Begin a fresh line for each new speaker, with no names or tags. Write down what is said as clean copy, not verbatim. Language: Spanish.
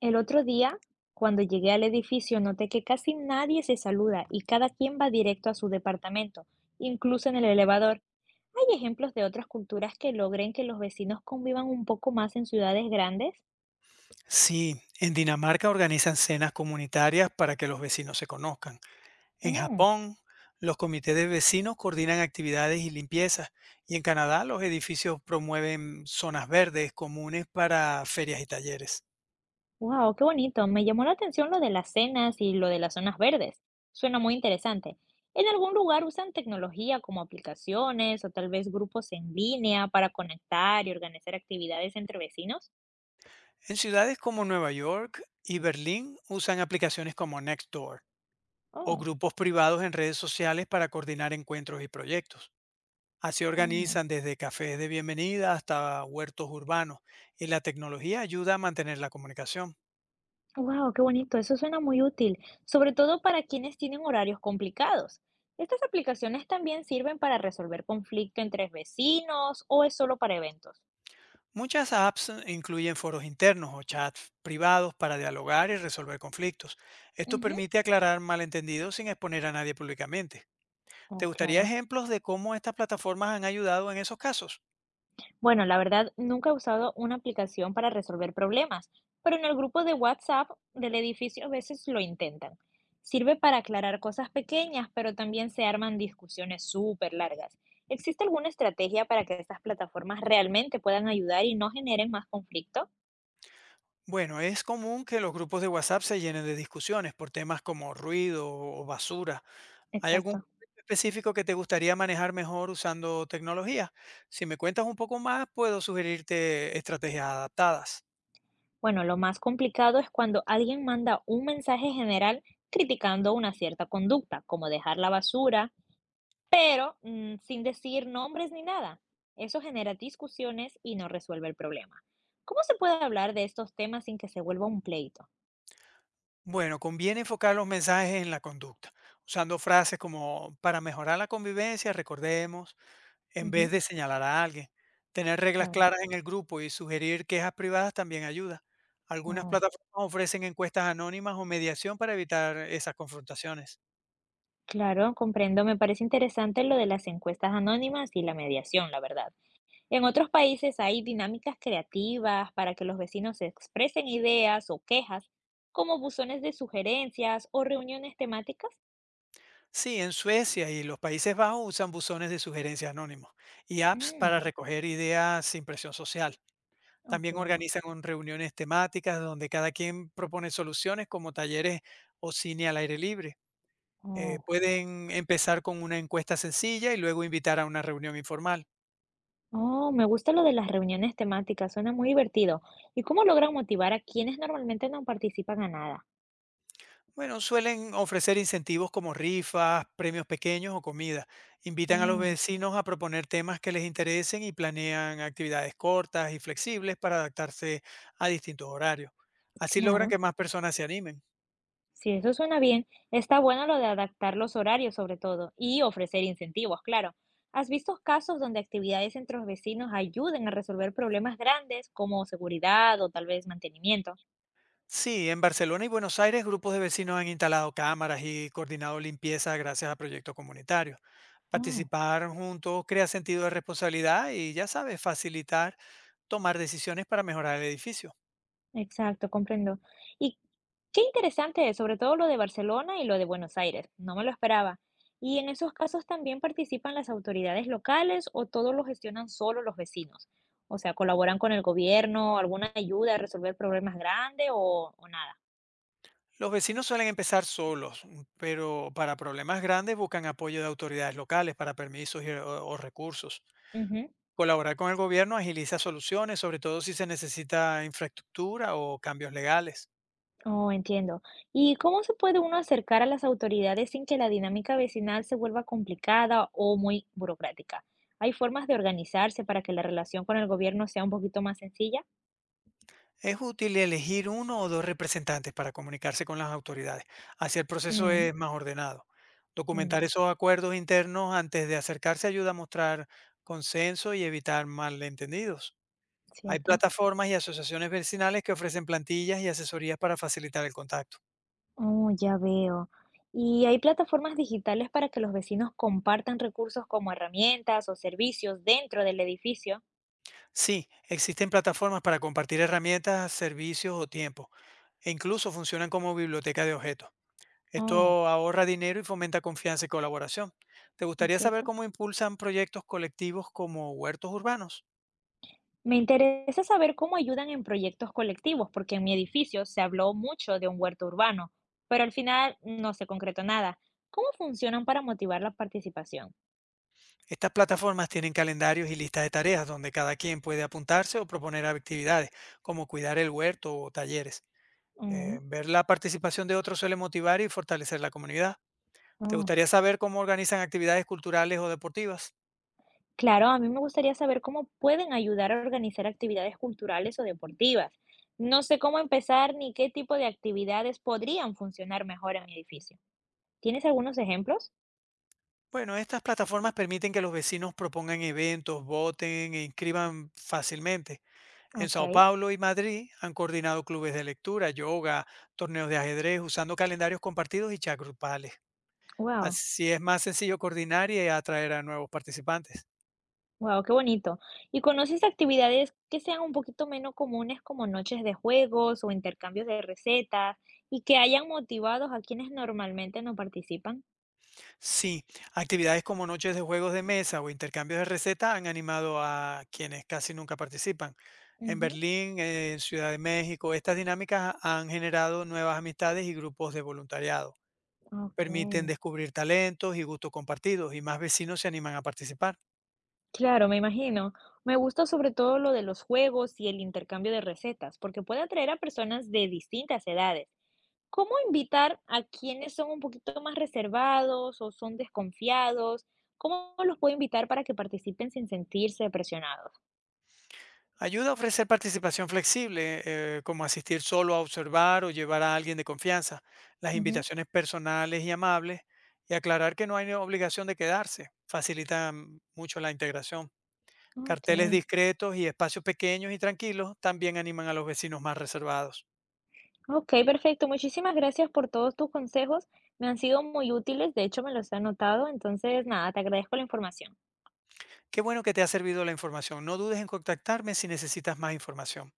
El otro día, cuando llegué al edificio, noté que casi nadie se saluda y cada quien va directo a su departamento, incluso en el elevador. ¿Hay ejemplos de otras culturas que logren que los vecinos convivan un poco más en ciudades grandes?
Sí, en Dinamarca organizan cenas comunitarias para que los vecinos se conozcan. En Japón, los comités de vecinos coordinan actividades y limpiezas. Y en Canadá, los edificios promueven zonas verdes comunes para ferias y talleres.
Wow, qué bonito. Me llamó la atención lo de las cenas y lo de las zonas verdes. Suena muy interesante. ¿En algún lugar usan tecnología como aplicaciones o tal vez grupos en línea para conectar y organizar actividades entre vecinos?
En ciudades como Nueva York y Berlín, usan aplicaciones como Nextdoor o
Oh,
grupos privados en redes sociales para coordinar encuentros y proyectos. Así
oh.
organizan desde cafés de bienvenida hasta huertos urbanos y la tecnología ayuda a mantener la comunicación.
Wow, qué bonito. Eso suena muy útil, sobre todo para quienes tienen horarios complicados. ¿Estas aplicaciones también sirven para resolver conflicto entre vecinos o es solo para eventos?
Muchas apps incluyen foros internos o chats privados para dialogar y resolver conflictos. Esto
Ujú.
permite aclarar malentendidos sin exponer a nadie públicamente. ¿Te
Oh,
gustaría
claro.
ejemplos de cómo estas plataformas han ayudado en esos casos?
Bueno, la verdad, nunca he usado una aplicación para resolver problemas, pero en el grupo de WhatsApp del edificio a veces lo intentan. Sirve para aclarar cosas pequeñas, pero también se arman discusiones súper largas. ¿Existe alguna estrategia para que estas plataformas realmente puedan ayudar y no generen más conflicto?
Bueno, es común que los grupos de WhatsApp se llenen de discusiones por temas como ruido o basura. ¿Hay algún
Exacto.
conflicto específico que te gustaría manejar mejor usando tecnología? Si me cuentas un poco más, puedo sugerirte estrategias adaptadas.
Bueno, lo más complicado es cuando alguien manda un mensaje general criticando una cierta conducta, como dejar la basura, pero sin decir nombres ni nada. Eso genera discusiones y no resuelve el problema. ¿Cómo se puede hablar de estos temas sin que se vuelva un pleito?
Bueno, conviene enfocar los mensajes en la conducta, usando frases como para mejorar la convivencia, recordemos, en vez
Ujú,
de señalar a alguien. Tener reglas
claro.
claras en el grupo y sugerir quejas privadas también ayuda. Algunas
Oh,
plataformas ofrecen encuestas anónimas o mediación para evitar esas confrontaciones.
claro, comprendo. Me parece interesante lo de las encuestas anónimas y la mediación, la verdad. En otros países hay dinámicas creativas para que los vecinos expresen ideas o quejas, como buzones de sugerencias o reuniones temáticas.
Sí, en Suecia y los Países Bajos usan buzones de sugerencias anónimos y apps para
Mm,
recoger ideas sin presión social.
oh, qué
También
bueno.
organizan reuniones temáticas donde cada quien propone soluciones como talleres o cine al aire libre.
Oh,
Pueden empezar con una encuesta sencilla y luego invitar a una reunión informal.
oh, me gusta lo de las reuniones temáticas, suena muy divertido. ¿Y cómo logran motivar a quienes normalmente no participan a nada?
Bueno, suelen ofrecer incentivos como rifas, premios pequeños o comida. Invitan a los
Oh,
vecinos a proponer temas que les interesen y planean actividades cortas y flexibles para adaptarse a distintos horarios. Así logran
claro.
que más personas se animen.
Si eso suena bien. Está bueno lo de adaptar los horarios sobre todo y ofrecer incentivos, claro. ¿Has visto casos donde actividades entre los vecinos ayuden a resolver problemas grandes como seguridad o tal vez mantenimiento?
Sí, en Barcelona y Buenos Aires grupos de vecinos han instalado cámaras y coordinado limpieza gracias a proyectos comunitarios.
Oh,
Participar juntos crea sentido de responsabilidad y ya sabes, facilitar tomar decisiones para mejorar el edificio.
exacto, comprendo. Y qué interesante, es, sobre todo lo de Barcelona y lo de Buenos Aires. No me lo esperaba. ¿Y en esos casos también participan las autoridades locales o todo lo gestionan solo los vecinos? O sea, ¿colaboran con el gobierno, alguna ayuda a resolver problemas grandes o nada?
Los vecinos suelen empezar solos, pero para problemas grandes buscan apoyo de autoridades locales para permisos o recursos.
Ujú.
Colaborar con el gobierno agiliza soluciones, sobre todo si se necesita infraestructura o cambios legales.
Oh, entiendo. ¿Y cómo se puede uno acercar a las autoridades sin que la dinámica vecinal se vuelva complicada o muy burocrática? ¿Hay formas de organizarse para que la relación con el gobierno sea un poquito más sencilla?
Es útil elegir uno o dos representantes para comunicarse con las autoridades. Así el proceso
Mm,
es más ordenado.
mm,
Documentar esos acuerdos internos antes de acercarse ayuda a mostrar consenso y evitar malentendidos. Hay
cierto.
plataformas y asociaciones vecinales que ofrecen plantillas y asesorías para facilitar el contacto.
Oh, ya veo. ¿Y hay plataformas digitales para que los vecinos compartan recursos como herramientas o servicios dentro del edificio?
Sí, existen plataformas para compartir herramientas, servicios o tiempo, e incluso funcionan como biblioteca de objetos.
Oh,
Esto ahorra dinero y fomenta confianza y colaboración. ¿Te
¿no es
gustaría saber
cierto?
cómo impulsan proyectos colectivos como huertos urbanos?
Me interesa saber cómo ayudan en proyectos colectivos, porque en mi edificio se habló mucho de un huerto urbano, pero al final no se concretó nada. ¿Cómo funcionan para motivar la participación?
Estas plataformas tienen calendarios y listas de tareas donde cada quien puede apuntarse o proponer actividades, como cuidar el huerto o talleres.
Mm,
Ver la participación de otros suele motivar y fortalecer la comunidad. ¿Te
oh.
gustaría saber cómo organizan actividades culturales o deportivas?
Claro, a mí me gustaría saber cómo pueden ayudar a organizar actividades culturales o deportivas. No sé cómo empezar ni qué tipo de actividades podrían funcionar mejor en mi edificio. ¿Tienes algunos ejemplos?
Bueno, estas plataformas permiten que los vecinos propongan eventos, voten e inscriban fácilmente. En
Ok,
Sao Paulo y Madrid han coordinado clubes de lectura, yoga, torneos de ajedrez, usando calendarios compartidos y chats grupales.
wow.
Así es más sencillo coordinar y atraer a nuevos participantes.
Wow, qué bonito. ¿Y conoces actividades que sean un poquito menos comunes como noches de juegos o intercambios de recetas y que hayan motivados a quienes normalmente no participan?
Sí, actividades como noches de juegos de mesa o intercambios de recetas han animado a quienes casi nunca participan. En
Ujú,
Berlín, en Ciudad de México, estas dinámicas han generado nuevas amistades y grupos de voluntariado.
Ok,
Permiten descubrir talentos y gustos compartidos y más vecinos se animan a participar.
claro, me imagino. Me gusta sobre todo lo de los juegos y el intercambio de recetas, porque puede atraer a personas de distintas edades. ¿Cómo invitar a quienes son un poquito más reservados o son desconfiados? ¿Cómo los puedo invitar para que participen sin sentirse presionados?
Ayuda a ofrecer participación flexible, como asistir solo a observar o llevar a alguien de confianza, las invitaciones personales y amables, y aclarar que no hay obligación de quedarse. Facilitan mucho la integración. Carteles
Okey.
discretos y espacios pequeños y tranquilos también animan a los vecinos más reservados.
Okey, perfecto. Muchísimas gracias por todos tus consejos. Me han sido muy útiles, de hecho, me los he anotado. Entonces, nada, te agradezco la información.
Qué bueno que te ha servido la información. No dudes en contactarme si necesitas más información.